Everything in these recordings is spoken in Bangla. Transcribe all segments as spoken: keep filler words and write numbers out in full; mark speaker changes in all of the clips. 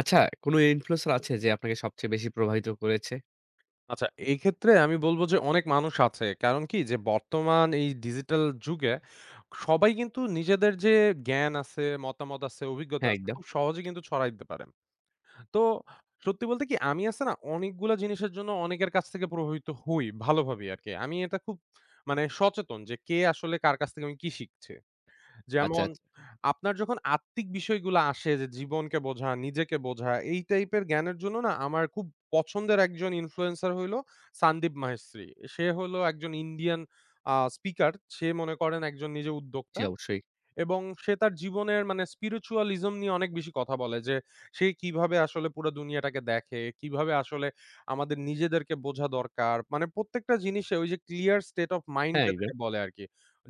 Speaker 1: আচ্ছা, কোনো ইনফ্লুয়েন্সার আছে যে আপনাকে সবচেয়ে বেশি প্রভাবিত করেছে?
Speaker 2: আচ্ছা, এই ক্ষেত্রে আমি বলব যে অনেক মানুষ আছে। কারণ কি? যে বর্তমান এই ডিজিটাল যুগে সবাই কিন্তু নিজেদের যে জ্ঞান আছে, মতামত আছে, অভিজ্ঞতা
Speaker 1: হ্যাঁ,
Speaker 2: আছে
Speaker 1: একদম।
Speaker 2: খুব সহজে কিন্তু ছড়ায় দিতে পারেন। তো সত্যি বলতে কি? আমি আছে না অনেকগুলা জিনিসের জন্য অনেকের কাছ থেকে প্রভাবিত হই ভালোভাবেই আরকি। আমি এটা খুব মানে সচেতন যে কে আসলে কার কাছ থেকে আমি কি শিখছি।
Speaker 1: আচ্ছা,
Speaker 2: যেমন
Speaker 1: আচ্ছা।
Speaker 2: আপনার যখন আত্মিক বিষয়গুলা আসে যে জীবনকে বোঝা, নিজেকে বোঝা, এই টাইপের জ্ঞানের জন্য না আমার খুব পছন্দের একজন ইনফ্লুয়েন্সার হইলো সানদীপ মাহেশ্রী। সে হলো একজন ইন্ডিয়ান আ স্পিকার। সে মনে করেন একজন নিজে
Speaker 1: জি,
Speaker 2: উদ্যোক্তা।
Speaker 1: অবশ্যই।
Speaker 2: এবং সে তার জীবনের মানে স্পিরিচুয়ালিজম নিয়ে অনেক বেশি কথা বলে যে, সে কিভাবে আসলে পুরা দুনিয়াটাকে দেখে, কিভাবে আসলে আমাদের নিজেদেরকে বোঝা দরকার। মানে প্রত্যেকটা জিনিসে ওই যে ক্লিয়ার স্টেট অফ মাইন্ড
Speaker 1: হ্যাঁ, একদম।
Speaker 2: যেটাকে বলে আরকি।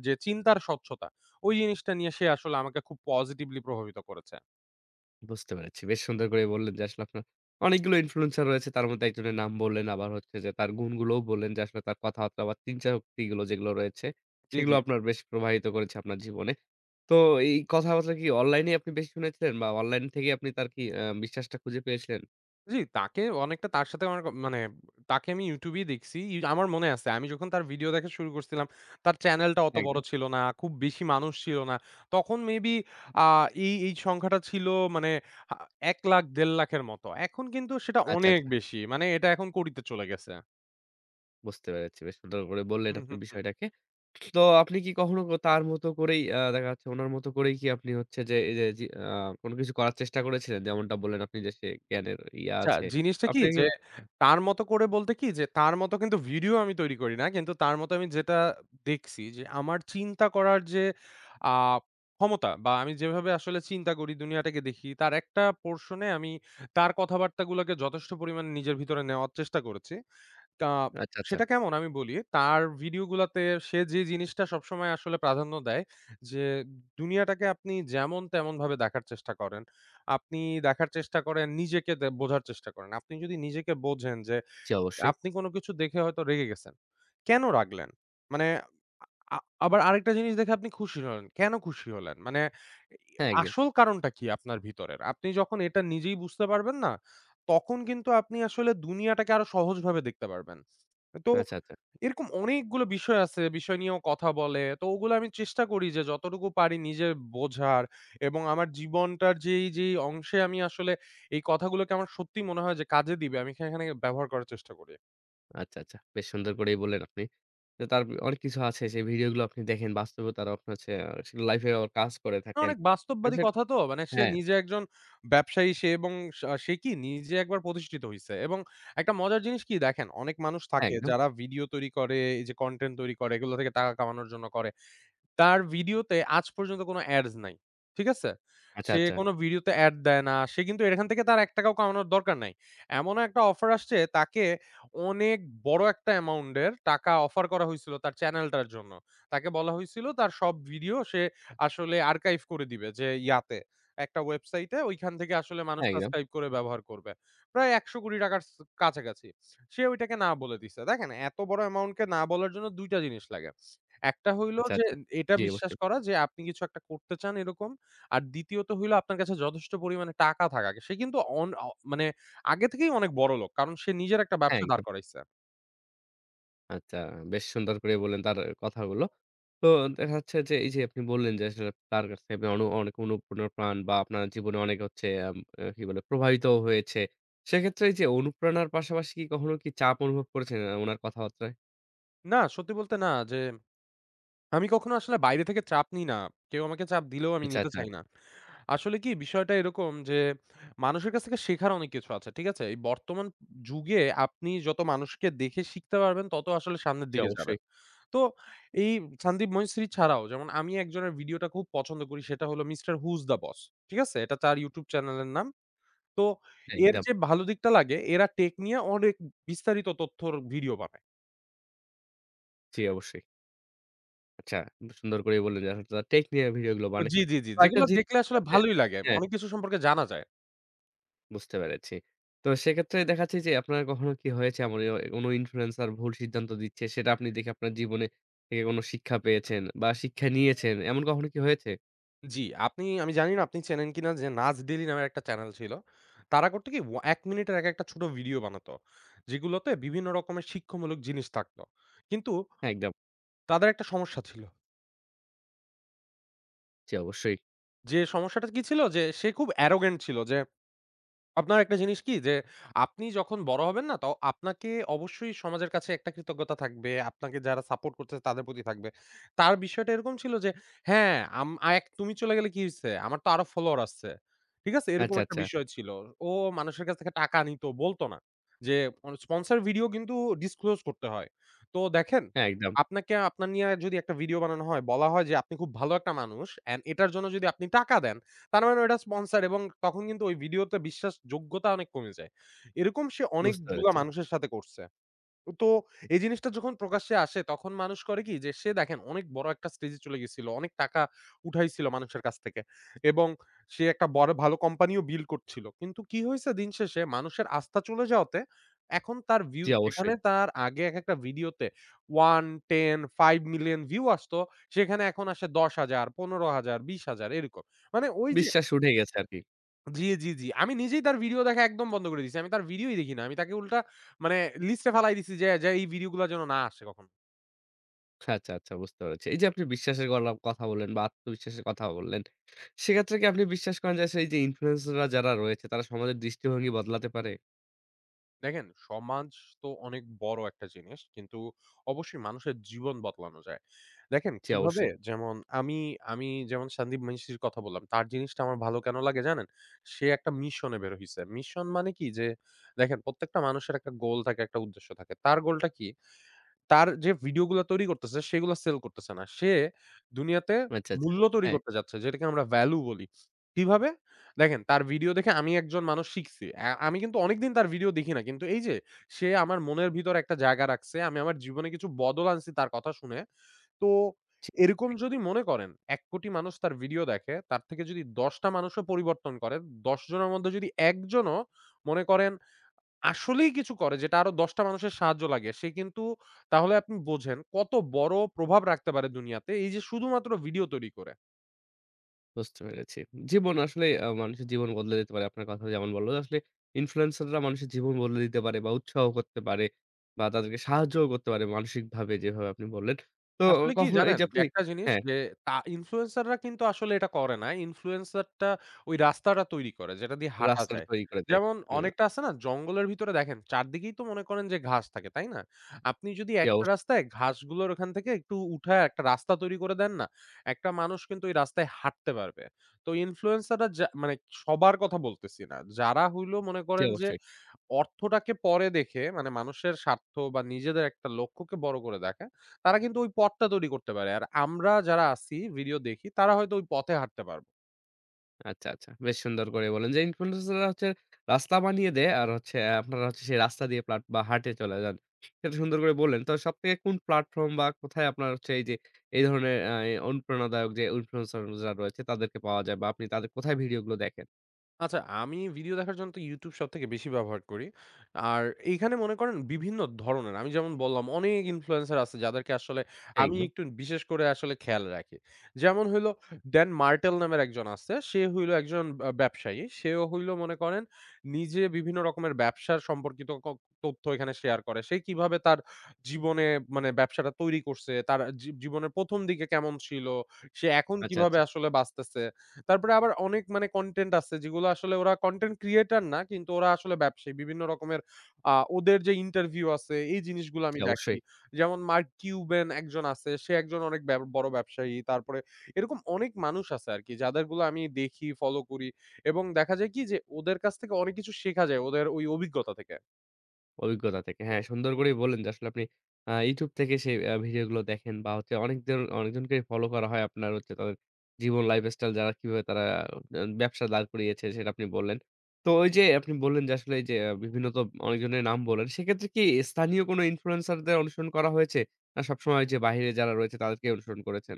Speaker 2: যে চিন্তার স্বচ্ছতা, ওই জিনিসটা নিয়ে সে আসলে আমাকে খুব পজিটিভলি প্রভাবিত করেছে।
Speaker 1: বুঝতে পেরেছি। বেশ সুন্দর করে বললেন যে আসলে আপনার অনেকগুলো ইনফ্লুয়েন্সার রয়েছে। তার মধ্যে একজনের নাম বললেন। আবার হচ্ছে যে তার গুণগুলোও বললেন যে আসলে তার কথাবার্তা বা চিন্তাশক্তিগুলো যেগুলো রয়েছে,
Speaker 2: জি,
Speaker 1: সেগুলো
Speaker 2: জি।
Speaker 1: আপনার বেশ প্রভাবিত করেছে আপনার জীবনে। তো এই কথাবার্তা কি অনলাইনেই আপনি বেশি শুনেছিলেন বা অনলাইন থেকে আপনি তার কি আ বিশ্বাসটা খুঁজে পেয়েছিলেন?
Speaker 2: জি, তাকে অনেকটা তার সাথে আমার ক মানে তাকে আমি YouTube এই দেখছি। ই আমার মনে আছে আমি যখন তার ভিডিও দেখা শুরু করছিলাম, তার চ্যানেলটা অত বড়
Speaker 1: একদম।
Speaker 2: ছিল না। খুব বেশি মানুষ ছিল না। তখন মেবি আ এই, এই সংখ্যাটা ছিল মানে আ এক লাখ দেড় লাখের মতো। এখন কিন্তু সেটা
Speaker 1: আচ্ছা,
Speaker 2: অনেক
Speaker 1: আচ্ছা।
Speaker 2: বেশি। মানে এটা এখন কোটিতে চলে গেছে।
Speaker 1: বুঝতে পেরেছি। বেশ সুন্দর করে বললেন
Speaker 2: হু,
Speaker 1: আপনি
Speaker 2: হু, হু।
Speaker 1: বিষয়টাকে। তো আপনি কি কখনো ক তার মতো করেই আ দেখা যাচ্ছে উনার মতো করেই কি আপনি হচ্ছে যে এই যে জি আ কোন কিছু করার চেষ্টা করেছিলেন? যেমনটা বললেন আপনি যে সে জ্ঞানের ইয়া
Speaker 2: আচ্ছা,
Speaker 1: আছে।
Speaker 2: জিনিসটা কি
Speaker 1: আপনি কি
Speaker 2: যে তার মতো করে বলতে কি যে তার মতো কিন্তু ভিডিও আমি তৈরি করি না। কিন্তু তার মতো আমি যেটা দেখছি যে আমার চিন্তা করার যে আ ক্ষমতা বা আমি যেভাবে আসলে চিন্তা করি দুনিয়াটাকে দেখি তার একটা পোরশন এ আমি তার কথাবার্তাগুলোকে যথেষ্ট পরিমাণে নিজের ভিতরে নেওয়ার চেষ্টা করেছি। তা
Speaker 1: আচ্ছা, আচ্ছা।
Speaker 2: সেটা কেমন আমি বলি, তার ভিডিও গুলাতে সে যে জিনিসটা সবসময় আসলে প্রাধান্য দেয় যে দুনিয়াটাকে আপনি যেমন তেমনভাবে দেখার চেষ্টা করেন। আপনি দেখার চেষ্টা করেন, নিজেকে দে বোঝার চেষ্টা করেন। আপনি যদি নিজেকে বোঝেন যে
Speaker 1: জি, অবশ্যই।
Speaker 2: আপনি কোন কিছু দেখে হয়তো রেগে গেছেন। কেন রাগলেন? মানে আ আবার আরেকটা জিনিস দেখে আপনি খুশি হলেন। কেন খুশি হলেন? মানে এ
Speaker 1: হ্যাঁ, একদম।
Speaker 2: আসল কারণটা কি আপনার ভিতরের? আপনি যখন এটা নিজেই বুঝতে পারবেন না, তখন কিন্তু আপনি আসলে দুনিয়াটাকে আরো সহজভাবে দেখতে পারবেন। তো
Speaker 1: আচ্ছা, আচ্ছা।
Speaker 2: এরকম অনেকগুলো বিষয় আছে, বিষয় নিয়েও কথা বলে। তো ওগুলো আমি চেষ্টা করি যে যতটুকু পারি নিজে বোঝার এবং আমার জীবনটার যেই, যেই অংশে আমি আসলে এই কথাগুলোকে আমার সত্যিই মনে হয় যে কাজে দিবে, আমি সেখানে ব্যবহার করার চেষ্টা করি।
Speaker 1: আচ্ছা, আচ্ছা। বেশ সুন্দর করেই বললেন আপনি। তো তার অনেক কিছু আছে সেই ভিডিওগুলো আপনি দেখেন। বাস্তবেও তারা আপনার হচ্ছে আ সেগুলো লাইফে আবার কাজ করে
Speaker 2: না,
Speaker 1: থাকেন।
Speaker 2: অনেক
Speaker 1: আর
Speaker 2: বাস্তববাদী
Speaker 1: সেটা-
Speaker 2: কথা তো। মানে সে
Speaker 1: হ্যাঁ,
Speaker 2: নিজে একজন ব্যবসায়ী সে এবং সা সে কি নিজে একবার প্রতিষ্ঠিত হইছে এবং একটা মজার জিনিস কি দেখেন, অনেক মানুষ
Speaker 1: হ্যাঁ,
Speaker 2: থাকে
Speaker 1: একদম।
Speaker 2: যারা ভিডিও তৈরি করে, এই যে কনটেন্ট তৈরি করে, এগুলো থেকে টাকা কামানোর জন্য করে। তার ভিডিওতে আজ পর্যন্ত কোনো ads নাই। ঠিক আছে?
Speaker 1: আচ্ছা,
Speaker 2: সে
Speaker 1: আচ্ছা।
Speaker 2: কোনো ভিডিওতে ad দেয় না। সে কিন্তু এখান থেকে তার ৳এক টাকা ও কামানোর দরকার নাই। এমনও একটা অফার আসছে তাকে অনেক বড় একটা অ্যামাউন্ট এর টাকা অফার করা হইছিল তার চ্যানেলটার জন্য। তাকে বলা হইছিল তার সব ভিডিও সে আসলে আর্কাইভ করে দিবে যে ইয়াতে একটা ওয়েবসাইটে ওইখান থেকে আসলে মানুষ
Speaker 1: হ্যাঁ, একদম।
Speaker 2: সাবস্ক্রাইব করে ব্যবহার করবে। প্রায় ৳একশো,০০,০০,০০০ স কাছাকাছি। সে ওইটাকে না বলে দিছে। দেখেন এত বড় অ্যামাউন্ট কে না বলার জন্য দুই টা জিনিস লাগে। একটা হইলো
Speaker 1: আচ্ছা,
Speaker 2: যে
Speaker 1: আচ্ছা।
Speaker 2: এটা
Speaker 1: জি,
Speaker 2: বিশ্বাস
Speaker 1: অবশ্যই।
Speaker 2: করা যে আপনি কিছু একটা করতে চান এরকম। আর দ্বিতীয়ত হইলো আপনার কাছে যথেষ্ট পরিমাণে টাকা থাকা। সে কিন্তু অন অ মানে আগে থেকেই অনেক বড়লোক। কারণ সে নিজের একটা
Speaker 1: হ্যাঁ,
Speaker 2: ব্যবসা দাঁড়
Speaker 1: একদম।
Speaker 2: করাইছে।
Speaker 1: আচ্ছা, বেশ সুন্দর করে বললেন তার কথাগুলো। তো দেখা যাচ্ছে যে এই যে আপনি বললেন যে আসলে তার কাছ থেকে আপনি অন অনেক অনুপ্রেরণা পান বা আপনার জীবনে অনেক হচ্ছে আম আ কি বলে প্রভাবিত হয়েছে। সেক্ষেত্রে এই যে অনুপ্রেরণার পাশাপাশি কি কখনো কি চাপ অনুভব করেছেন আ উনার কথাবার্তায়?
Speaker 2: না, সত্যি বলতে না যে আমি কখনো আসলে বাইরে থেকে চাপ নিই না। কেউ আমাকে চাপ দিলেও আমি
Speaker 1: আচ্ছা,
Speaker 2: নিতে
Speaker 1: আচ্ছা।
Speaker 2: চাই না। আসলে কি বিষয়টা এরকম যে মানুষের কাছ থেকে শেখার অনেক কিছু আছে। ঠিক আছে? এই বর্তমান যুগে আপনি যত মানুষকে দেখে শিখতে পারবেন তত আসলে সামনের
Speaker 1: জি,
Speaker 2: দিকে
Speaker 1: অবশ্যই।
Speaker 2: যাবেন। তো এই সন্দীপ মৈশ্রী ছাড়াও যেমন আমি একজনের ভিডিওটা খুব পছন্দ করি সেটা হলো মিস্টার হুজ দ্য বস। ঠিক আছে? এটা তার YouTube চ্যানেলের নাম। তো
Speaker 1: হ্যাঁ,
Speaker 2: এর
Speaker 1: একদম।
Speaker 2: যে ভালো দিকটা লাগে এরা টেক নিয়ে অনেক বিস্তারিত তথ্যর ভিডিও বানায়।
Speaker 1: জি, অবশ্যই। আচ্ছা, সুন্দর করেই বললেন যে আসলে টেক নিয়ে ভিডিওগুলো বানায়।
Speaker 2: জি, জি, জি।
Speaker 1: তো একটা
Speaker 2: যেগুলো
Speaker 1: জি
Speaker 2: দেখলে আসলে ভালোই লাগে। অনেক কিছু সম্পর্কে জানা যায়।
Speaker 1: বুঝতে পেরেছি। তো সেক্ষেত্রে দেখা যাচ্ছে যে আপনার কখনো কি হয়েছে এমন এ কোনো ইনফ্লুয়েন্সার ভুল সিদ্ধান্ত দিচ্ছে সেটা আপনি দেখে আপনার জীবনে থেকে কোনো শিক্ষা পেয়েছেন বা শিক্ষা নিয়েছেন এমন কখনো কি হয়েছে?
Speaker 2: জি, আপনি আমি জানি না আপনি চেনেন কিনা যে নাজ ডেইলি নামের একটা চ্যানেল ছিল। তারা করতো কি ওয়া এক মিনিটের একেকটা ছোট ভিডিও বানাতো। যেগুলোতে বিভিন্ন রকমের শিক্ষামূলক জিনিস থাকতো। কিন্তু
Speaker 1: হ্যাঁ, একদম।
Speaker 2: তাদের একটা সমস্যা ছিল।
Speaker 1: জি, অবশ্যই।
Speaker 2: যে সমস্যাটা কি ছিল? যে সে খুব arrogant ছিল যে আপনার একটা জিনিস কি? যে আপনি যখন বড় হবেন না, তো আপনাকে অবশ্যই সমাজের কাছে একটা কৃতজ্ঞতা থাকবে। আপনাকে যারা সাপোর্ট করতেছে তাদের প্রতি থাকবে। তার বিষয়টা এরকম ছিল যে, "হ্যাঁ, আম আ- এক তুমি চলে গেলে কি হইছে? আমার তো আরো ফলোয়ার আছে।" ঠিক আছে? এরকম
Speaker 1: আচ্ছা,
Speaker 2: একটা
Speaker 1: আচ্ছা।
Speaker 2: বিষয় ছিল। ও মানুষের কাছ থেকে টাকা নিত, বলত না। যে অ স্পন্সর ভিডিও কিন্তু ডিসক্লোজ করতে হয়। তো দেখেন,
Speaker 1: হ্যাঁ, একদম।
Speaker 2: আপনাকে আপনার নিয়ে যদি একটা ভিডিও বানানো হয়, বলা হয় যে আপনি খুব ভালো একটা মানুষ এন্ড এটার জন্য যদি আপনি টাকা দেন তার মানে ওটা স্পন্সর এবং তখন কিন্তু ওই ভিডিওতে বিশ্বাসযোগ্যতা অনেক কমে যায়। এরকম সে
Speaker 1: বুঝতে
Speaker 2: অনেকগুলা
Speaker 1: পেরেছি।
Speaker 2: মানুষের সাথে করছে। তো এই জিনিসটা যখন প্রকাশ্যে আসে তখন মানুষ করে কি যে সে দেখেন অনেক বড় একটা স্টেজে চলে গেছিল। অনেক টাকা উঠাইছিল মানুষের কাছ থেকে এবং সে একটা বড় ভালো কোম্পানিও বিল্ড করছিল। কিন্তু কি হইছে দিন শেষে মানুষের আস্থা চলে যাওয়াতে এখন তার ভিউ
Speaker 1: জি,
Speaker 2: যেখানে
Speaker 1: অবশ্যই।
Speaker 2: তার আগে একেকটা ভিডিওতে এক, দশ, পাঁচ মিলিয়ন ভিউ আসতো সেখানে এখন আসে দশ হাজার, পনেরো হাজার, বিশ হাজার এরকম। মানে ওই যে
Speaker 1: বিশ্বাস উঠে গেছে আরকি।
Speaker 2: জি, জি, জি। আমি নিজেই তার ভিডিও দেখা একদম বন্ধ করে দিছি। আমি তার ভিডিওই দেখি না। আমি তাকে উল্টা মানে লিস্টে ফালাই দিছি যে, যে এই ভিডিও গুলা যেন না আসে কখনো।
Speaker 1: আচ্ছা, আচ্ছা, বুঝতে পেরেছি। এই যে আপনি বিশ্বাসের গলা কথা বললেন বা আত্মবিশ্বাসের কথা বললেন। সেক্ষেত্রে কি আপনি বিশ্বাস করেন যে আসলে এই যে ইনফ্লুয়েন্সাররা যারা রয়েছে তারা সমাজের দৃষ্টিভঙ্গি বদলাতে পারে?
Speaker 2: দেখেন সমাজ তো অনেক বড় একটা জিনিস। কিন্তু অবশ্যই মানুষের জীবন বদলানো যায়। দেখেন
Speaker 1: জি,
Speaker 2: কিভাবে
Speaker 1: অবশ্যই।
Speaker 2: যেমন আমি, আমি যেমন সন্দীপ মেশির কথা বললাম। তার জিনিসটা আমার ভালো কেন লাগে জানেন? সে একটা মিশন এ বের হইছে। মিশন মানে কি যে দেখেন প্রত্যেকটা মানুষের একটা গোল থাকে, একটা উদ্দেশ্য থাকে। তার গোলটা কি? তার যে ভিডিওগুলা তৈরি করতেছে সেগুলা সেল করতেছে না। সে দুনিয়াতে
Speaker 1: আচ্ছা, আচ্ছা।
Speaker 2: মূল্য তৈরি
Speaker 1: হ্যাঁ।
Speaker 2: করতে যাচ্ছে যেটাকে আমরা ভ্যালু বলি। কিভাবে? দেখেন তার ভিডিও দেখে আমি একজন মানুষ শিখছি। আ আমি কিন্তু অনেকদিন তার ভিডিও দেখি না। কিন্তু এই যে সে আমার মনের ভিতর একটা জায়গা রাখছে। আমি আমার জীবনে কিছু বদল আনছি তার কথা শুনে। তো এরকম যদি মনে করেন এক,০০,০০,০০০ মানুষ তার ভিডিও দেখে, তার থেকে যদি দশ টা মানুষও পরিবর্তন করে, দশ জনের মধ্যে যদি এক জনও মনে করেন আসলেই কিছু করে যেটা আরো দশ টা মানুষের সাহায্য লাগে। সে কিন্তু তাহলে আপনি বোঝেন কত বড় প্রভাব রাখতে পারে দুনিয়াতে এই যে শুধুমাত্র ভিডিও তৈরি করে।
Speaker 1: বুঝতে পেরেছি। জীবন আসলে আ মানুষের জীবন বদলে দিতে পারে। আপনার কথা যেমন বললেন আসলে ইনফ্লুয়েন্সাররা মানুষের জীবন বদলে দিতে পারে বা উৎসাহ করতে পারে বা তাদেরকে সাহায্যও করতে পারে মানসিকভাবে যেভাবে আপনি বললেন। তো
Speaker 2: আসলে কি
Speaker 1: কখনো এই
Speaker 2: জানেন?
Speaker 1: যে
Speaker 2: যে
Speaker 1: আপনি
Speaker 2: একটা জিনিস
Speaker 1: হ্যাঁ,
Speaker 2: যে তা ইনফ্লুয়েন্সাররা কিন্তু আসলে এটা করে না। ইনফ্লুয়েন্সারটা ওই রাস্তাটা তৈরি করে যেটা দিয়ে হাঁটা
Speaker 1: রাস্তাটা
Speaker 2: যায়।
Speaker 1: তৈরি করে দেয়।
Speaker 2: যেমন
Speaker 1: হুম,
Speaker 2: অনেকটা আছে না জঙ্গলের ভিতরে দেখেন চারদিকেই তো মনে করেন যে ঘাস থাকে, তাই না? আপনি যদি
Speaker 1: জি
Speaker 2: একটা
Speaker 1: অবশ্যই,
Speaker 2: রাস্তায় ঘাসগুলোর ওখান থেকে একটু উঠায় একটা রাস্তা তৈরি করে দেন না, একটা মানুষ কিন্তু ওই রাস্তায় হাঁটতে পারবে। তো ইনফ্লুয়েন্সাররা যা মানে সবার কথা বলতেছি না। যারা হইলো মনে
Speaker 1: জি
Speaker 2: করেন যে
Speaker 1: অবশ্যই।
Speaker 2: অর্থটাকে পরে দেখে মানে মানুষের স্বার্থ বা নিজেদের একটা লক্ষ্যকে বড় করে দেখে, তারা কিন্তু ওই পথটা তৈরি করতে পারে। আর আমরা যারা আছি ভিডিও দেখি, তারা হয়তো ওই পথে হাঁটতে পারব।
Speaker 1: আচ্ছা, আচ্ছা। বেশ সুন্দর করে বললেন যে ইনফ্লুয়েন্সার রা হচ্ছে রাস্তা বানিয়ে দেয়। আর হচ্ছে আ আপনারা হচ্ছে সেই রাস্তা দিয়ে প্লাট বা হাঁটে চলে যান। সেটা সুন্দর করে বললেন। তো সবথেকে কোন প্ল্যাটফর্ম বা কোথায় আপনার হচ্ছে এই যে এই ধরনের আ এ অনুপ্রেরণাদায়ক যে ইনফ্লুয়েন্সার রা রয়েছে তাদেরকে পাওয়া যায় বা আপনি তাদের কোথায় ভিডিও গুলো দেখেন?
Speaker 2: আচ্ছা, আমি ভিডিও দেখার জন্য তো YouTube সবথেকে বেশি ব্যবহার করি। আর এইখানে মনে করেন বিভিন্ন ধরনের আমি যেমন বললাম অনেক ইনফ্লুয়েন্সার আছে যাদেরকে আসলে
Speaker 1: হ্যাঁ,
Speaker 2: আমি
Speaker 1: একদম।
Speaker 2: একটু বিশেষ করে আসলে খেয়াল রাখি। যেমন হইলো Dan Martel নামের একজন আছে। সে হইলো একজন আ ব্যবসায়ী। সেও হইলো মনে করেন নিজে বিভিন্ন রকমের ব্যবসার সম্পর্কিত ক তথ্য এখানে শেয়ার করে। সে কিভাবে তার জীবনে মানে ব্যবসাটা তৈরি করছে, তার জী জীবনের ১ম দিকে কেমন ছিল, সে এখন
Speaker 1: আচ্ছা,
Speaker 2: কিভাবে
Speaker 1: আচ্ছা।
Speaker 2: আসলে বাঁচতেছে। তারপরে আবার অনেক মানে কনটেন্ট আছে যেগুলো আসলে ওরা কনটেন্ট ক্রিয়েটর না কিন্তু ওরা আসলে ব্যবসায়ী। বিভিন্ন রকমের আ ওদের যে ইন্টারভিউ আছে এই জিনিসগুলো
Speaker 1: জি,
Speaker 2: আমি দেখি।
Speaker 1: অবশ্যই।
Speaker 2: যেমন মার্ক কিউবেন একজন আছে। সে একজন অনেক ব্যব বড় ব্যবসায়ী। তারপরে এরকম অনেক মানুষ আছে আরকি যাদেরগুলো আমি দেখি, ফলো করি এবং দেখা যায় কি যে ওদের কাছ থেকে অনেক কিছু শেখা যায় ওদের ওই অভিজ্ঞতা থেকে।
Speaker 1: অভিজ্ঞতা থেকে। হ্যাঁ, সুন্দর করেই বললেন যে আসলে আপনি আ YouTube থেকে সেই আ ভিডিওগুলো দেখেন বা হচ্ছে অনেকজন অনেকজনকে ফলো করা হয় আপনার হচ্ছে তাদের জীবন লাইফস্টাইল যারা কিভাবে তারা আ ব্যবসা দাঁড় করিয়েছে সেটা আপনি বললেন। তো ওই যে আপনি বললেন যে আসলে এই যে আ বিভিন্ন তো অনেকজনের নাম বললেন। সেক্ষেত্রে কি স্থানীয় কোনো ইনফ্লুয়েন্সার দের অনুসরণ করা হয়েছে? না সবসময় ওই যে বাহিরে যারা রয়েছে তাদেরকে অনুসরণ করেছেন?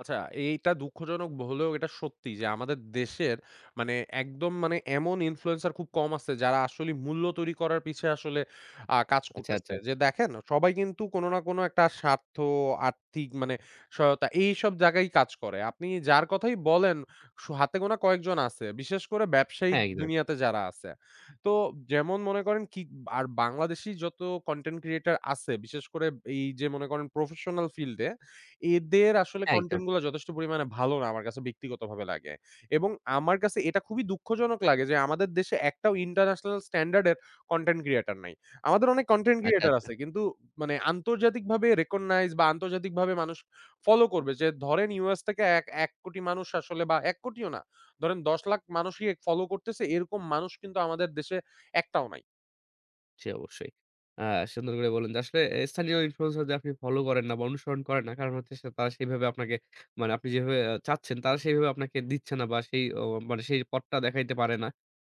Speaker 2: আচ্ছা, এইটা দুঃখজনক হলেও এটা সত্যি যে আমাদের দেশের মানে একদম মানে এমন ইনফ্লুয়েন্সার খুব কম আছে যারা আসলে মূল্য তৈরি করার পিছে আসলে আ কাজ
Speaker 1: আচ্ছা,
Speaker 2: করতেছে।
Speaker 1: আচ্ছা।
Speaker 2: যে দেখেন সবাই কিন্তু কোন না কোন একটা স্বার্থ, আর্থিক মানে সহায়তা এইসব জায়গায় কাজ করে। আপনি যার কথাই বলেন সু হাতে গোনা কয়েকজন আছে। বিশেষ করে ব্যবসায়িক
Speaker 1: হ্যাঁ, একদম।
Speaker 2: দুনিয়াতে যারা আছে। তো যেমন মনে করেন কি আর বাংলাদেশী যত কনটেন্ট ক্রিয়েটর আছে বিশেষ করে এই যে মনে করেন প্রফেশনাল ফিল্ড এ এদের আসলে
Speaker 1: হ্যাঁ, একদম।
Speaker 2: কনটেন্ট গুলা যথেষ্ট পরিমাণে ভালো না আমার কাছে ব্যক্তিগতভাবে লাগে। এবং আমার কাছে এটা খুবই দুঃখজনক লাগে যে আমাদের দেশে একটাও ইন্টারন্যাশনাল স্ট্যান্ডার্ড এর কনটেন্ট ক্রিয়েটর নাই। আমাদের অনেক কনটেন্ট
Speaker 1: আচ্ছা,
Speaker 2: ক্রিয়েটর
Speaker 1: আচ্ছা।
Speaker 2: আছে কিন্তু মানে আন্তর্জাতিকভাবে রেকগনাইজ বা আন্তর্জাতিকভাবে মানুষ ফলো করবে যে ধরেন ইউএস থেকে এক ১,০০,০০,০০০ মানুষ আসলে বা এক,০০,০০,০০০ না ধরেন দশ,০০,০০০ মানুষই ফলো করতেছে এরকম মানুষ কিন্তু আমাদের দেশে একটাও নাই।
Speaker 1: জি, অবশ্যই। আ সুন্দর করে বললেন যে আসলে এ স্থানীয় ইনফ্লুয়েন্সার যে আপনি ফলো করেন না বা অনুসরণ করেন না। কারণ হচ্ছে সে তারা সেইভাবে আপনাকে মানে আপনি যেভাবে আ চাচ্ছেন তারা সেইভাবে আপনাকে দিচ্ছে না বা সেই অ মানে সেই পথটা দেখাইতে পারে না।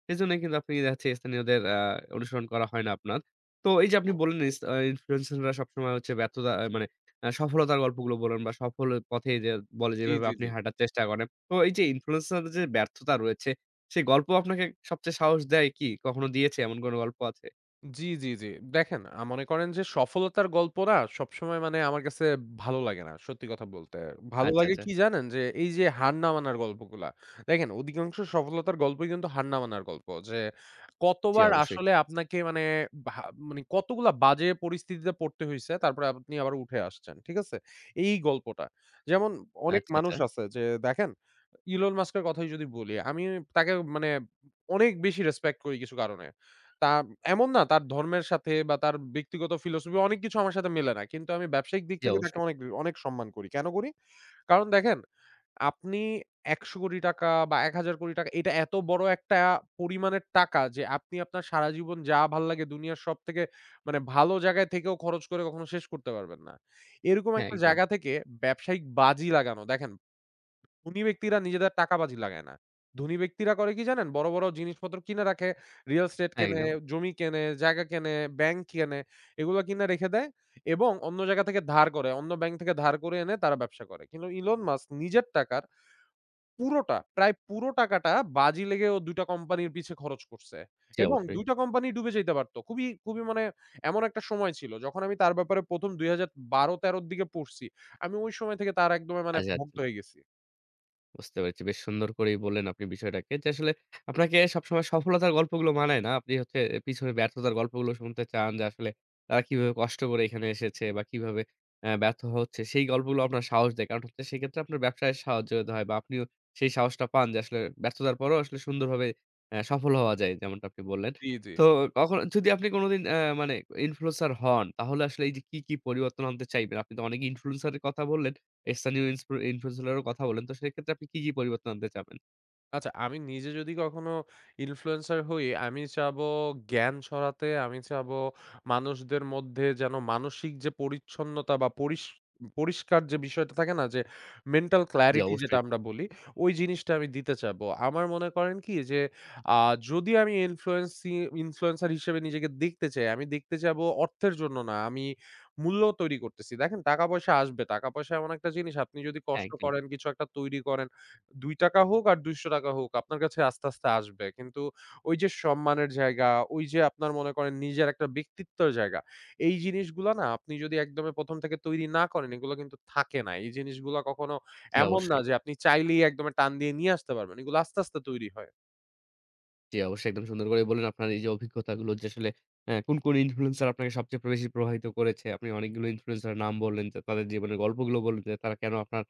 Speaker 1: সেজন্যই কিন্তু আপনি দেখা যাচ্ছে স্থানীয়দের আ অনুসরণ করা হয় না আপনার। তো এই যে আপনি বললেন ইস আ ইনফ্লুয়েন্সাররা সবসময় হচ্ছে ব্যর্থতা আ মানে আ সফলতার গল্পগুলো বলেন বা সফল পথে যে বলে
Speaker 2: জি,
Speaker 1: যেভাবে
Speaker 2: জি,
Speaker 1: আপনি
Speaker 2: জি।
Speaker 1: হাঁটার চেষ্টা করেন। তো এই যে ইনফ্লুয়েন্সারদের যে ব্যর্থতা রয়েছে, সেই গল্প আপনাকে সবচেয়ে সাহস দেয় কি? কখনো দিয়েছে এমন কোনো গল্প আছে?
Speaker 2: জি, জি, জি। দেখেন আ মনে করেন যে সফলতার গল্প না সবসময় মানে আমার কাছে ভালো লাগে না। সত্যি কথা বলতে। ভালো
Speaker 1: আচ্ছা,
Speaker 2: লাগে
Speaker 1: আচ্ছা।
Speaker 2: কি জানেন? যে এই যে হার না মানার গল্পগুলা। দেখেন অধিকাংশ সফলতার গল্পই কিন্তু হার না মানার গল্প। যে
Speaker 1: জি,
Speaker 2: কতবার
Speaker 1: অবশ্যই।
Speaker 2: আসলে আপনাকে মানে ভা মানে কতগুলা বাজে পরিস্থিতিতে পড়তে হইছে তারপরে আপনি আবার উঠে আসছেন। ঠিক আছে? এই গল্পটা। যেমন অনেক
Speaker 1: আচ্ছা, আচ্ছা।
Speaker 2: মানুষ আছে যে দেখেন Elon Musk এর কথাই যদি বলি, আমি তাকে মানে অনেক বেশি রেসপেক্ট করি কিছু কারণে। তা এমন না তার ধর্মের সাথে বা তার ব্যক্তিগত ফিলোসফি অনেক কিছু আমার সাথে মেলে না। কিন্তু আমি ব্যবসায়িক দিক
Speaker 1: জি,
Speaker 2: থেকে তাকে
Speaker 1: অবশ্যই।
Speaker 2: অনেক, অনেক সম্মান করি। কেন করি? কারণ দেখেন আপনি ৳একশো,০০,০০,০০০ বা ৳এক হাজার,০০,০০০ এটা এত বড় একটা পরিমাণের টাকা যে আপনি আপনার সারা জীবন যা ভাল্লাগে দুনিয়ার সবথেকে মানে ভালো জায়গায় থেকেও খরচ করে কখনো শেষ করতে পারবেন না। এরকম
Speaker 1: হ্যাঁ,
Speaker 2: একটা
Speaker 1: একদম।
Speaker 2: জায়গা থেকে ব্যবসায়িক বাজি লাগানো দেখেন ধনী ব্যক্তিরা নিজেদের টাকাবাজি লাগায় না। ধনী ব্যক্তিরা করে কি জানেন? বড়, বড় জিনিসপত্র কিনে রাখে। রিয়াল এস্টেট
Speaker 1: হ্যাঁ,
Speaker 2: কেনে,
Speaker 1: একদম।
Speaker 2: জমি কেনে, জায়গা কেনে, ব্যাংক কেনে। এগুলো কিনে রেখে দেয় এবং অন্য জায়গা থেকে ধার করে। অন্য ব্যাংক থেকে ধার করে এনে তারা ব্যবসা করে। কিন্তু ইলন মাস্ক নিজের টাকার পুরোটা, প্রায় পুরো টাকাটা বাজি লেগে ও দুই টা কোম্পানির পিছে খরচ করছে।
Speaker 1: জি,
Speaker 2: এবং
Speaker 1: অবশ্যই।
Speaker 2: দুই টা কোম্পানি ডুবে যাইতে পারত। খুবই, খুবই মানে এমন একটা সময় ছিল যখন আমি তার ব্যাপারে ১ম দুই হাজার বারো তেরো র দিকে পড়ছি। আমি ওই সময় থেকে তার একদমই মানে
Speaker 1: আচ্ছা।
Speaker 2: ভক্ত
Speaker 1: আচ্ছা।
Speaker 2: হয়ে গেছি।
Speaker 1: বুঝতে পেরেছি। বেশ সুন্দর করেই বললেন আপনি বিষয়টাকে যে আসলে আপনাকে সবসময় সফলতার গল্পগুলো মানায় না। আপনি হচ্ছে এ পিছনে ব্যর্থতার গল্পগুলো শুনতে চান যে আসলে তারা কিভাবে কষ্ট করে এখানে এসেছে বা কিভাবে অ্যা ব্যর্থ হচ্ছে সেই গল্পগুলো আপনার সাহস দেয়। কারণ হচ্ছে সেক্ষেত্রে আপনার ব্যবসায় সাহায্য হয় বা আপনিও সেই সাহসটা পান যে আসলে ব্যর্থতার পরেও আসলে সুন্দরভাবে অ্যা সফল হওয়া যায় যেমনটা আপনি বললেন।
Speaker 2: জি, জি।
Speaker 1: তো কখনো যদি আপনি কোনোদিন অ্যা মানে ইনফ্লুয়েন্সার হন তাহলে আসলে এই যে কি, কি পরিবর্তন আনতে চাইবেন? আপনি তো অনেক ইনফ্লুয়েন্সার এর কথা বললেন। স্থানীয় ইন্সপু ইনফ্লুয়েন্সার রাও কথা বলেন। তো সেক্ষেত্রে আপনি কি, কি পরিবর্তন আনতে চাবেন?
Speaker 2: আচ্ছা, আমি নিজে যদি কখনো ইনফ্লুয়েন্সার হই, আমি চাবো জ্ঞান ছড়াতে, আমি চাবো মানুষদের মধ্যে যেন মানসিক যে পরিচ্ছন্নতা বা পরিস পরিষ্কার যে বিষয়টা থাকে না? যে মেন্টাল
Speaker 1: জি,
Speaker 2: ক্লারিটি যেটা
Speaker 1: অবশ্যই।
Speaker 2: আমরা বলি, ওই জিনিসটা আমি দিতে চাবো। আমার মনে করেন কি? যে আ যদি আমি ইনফ্লুয়েন্সি ইনফ্লুয়েন্সার হিসেবে নিজেকে দেখতে চাই, আমি দেখতে চাবো অর্থের জন্য না, আমি মূল্য তৈরি করতেছি। দেখেন টাকা-পয়সা আসবে। টাকা-পয়সা এমন একটা জিনিস আপনি যদি
Speaker 1: হ্যাঁ,
Speaker 2: কষ্ট
Speaker 1: একদম।
Speaker 2: করেন, কিছু একটা তৈরি করেন ৳দুই টাকা হোক আর ৳দুইশো টাকা হোক আপনার কাছে আস্তে, আস্তে আসবে। কিন্তু ওই যে সম্মানের জায়গা, ওই যে আপনার মনে করেন নিজের একটা ব্যক্তিত্বের জায়গা, এই জিনিসগুলা না আপনি যদি একদমই ১ম থেকে তৈরি না করেন এগুলো কিন্তু থাকে না। এই জিনিসগুলা কখনো
Speaker 1: জি,
Speaker 2: এমন না
Speaker 1: অবশ্যই।
Speaker 2: যে আপনি চাইলেই একদম টান দিয়ে নিয়ে আসতে পারবেন। এগুলো আস্তে, আস্তে তৈরি হয়।
Speaker 1: জি, অবশ্যই একদম সুন্দর করে বললেন আপনার এই যে অভিজ্ঞতাগুলো যে আসলে অ্যা কোন, কোন ইনফ্লুয়েন্সার আপনাকে সবচেয়ে বেশি প্রভাবিত করেছে। আপনি অনেকগুলো ইনফ্লুয়েন্সারের নাম বললেন যে তাদের জীবনের গল্পগুলো বললেন যে তারা কেন আপনার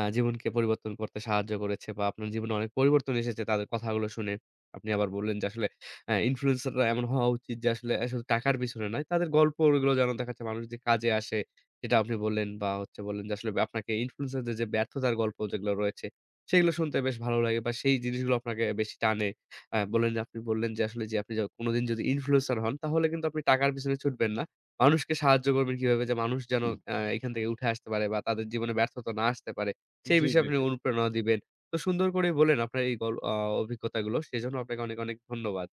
Speaker 1: আ জীবনকে পরিবর্তন করতে সাহায্য করেছে বা আপনার জীবনে অনেক পরিবর্তন এসেছে তাদের কথাগুলো শুনে। আপনি আবার বললেন যে আসলে অ্যা ইনফ্লুয়েন্সাররা এমন হওয়া উচিত যে আসলে এ শুধু টাকার পিছনে নয়। তাদের গল্পগুলো যেন দেখা যাচ্ছে মানুষদের কাজে আসে সেটা আপনি বললেন বা হচ্ছে বললেন যে আসলে আপনাকে ইনফ্লুয়েন্সারদের যে ব্যর্থতার গল্প যেগুলো রয়েছে সেগুলো শুনতে বেশ ভালো লাগে বা সেই জিনিসগুলো আপনাকে বেশি টানে। হ্যাঁ, বললেন আপনি বললেন যে আসলে যে আপনি য কোনদিন যদি ইনফ্লুয়েন্সার হন তাহলে কিন্তু আপনি টাকার পেছনে ছুটবেন না। মানুষকে সাহায্য করবেন কিভাবে যে মানুষ যেন আ এখান থেকে উঠে আসতে পারে বা তাদের জীবনে ব্যর্থতা না আসতে পারে। সেই
Speaker 2: জি,
Speaker 1: বিষয়ে
Speaker 2: জি,
Speaker 1: আপনি
Speaker 2: জি।
Speaker 1: অনুপ্রেরণা দিবেন। তো সুন্দর করে বললেন আপনার এই গল আ অভিজ্ঞতাগুলো। সেজন্য আপনাকে অনেক, অনেক ধন্যবাদ।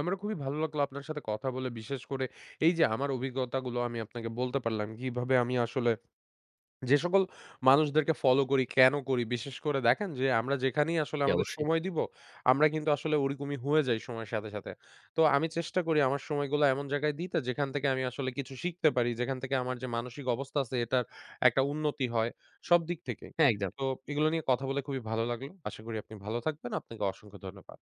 Speaker 2: আমারও খুবই ভালো লাগলো আপনার সাথে কথা বলে। বিশেষ করে এই যে আমার অভিজ্ঞতাগুলো আমি আপনাকে বলতে পারলাম। কিভাবে আমি আসলে যে সকল মানুষদেরকে ফলো করি, কেন করি? বিশেষ করে দেখেন যে আমরা যেখানেই আসলে
Speaker 1: জি,
Speaker 2: আমাদের
Speaker 1: অবশ্যই।
Speaker 2: সময় দিব, আমরা কিন্তু আসলে ওরকমই হয়ে যাই সময়ের সাথে, সাথে। তো আমি চেষ্টা করি আমার সময়গুলো এমন জায়গায় দিতে যেখান থেকে আমি আসলে কিছু শিখতে পারি, যেখান থেকে আমার যে মানসিক অবস্থা আছে এটার একটা উন্নতি হয়, সব দিক থেকেই।
Speaker 1: হ্যাঁ, একদম।
Speaker 2: তো এগুলো নিয়ে কথা বলে খুবই ভালো লাগলো। আশা করি আপনি ভালো থাকবেন। আপনাকে অসংখ্য ধন্যবাদ।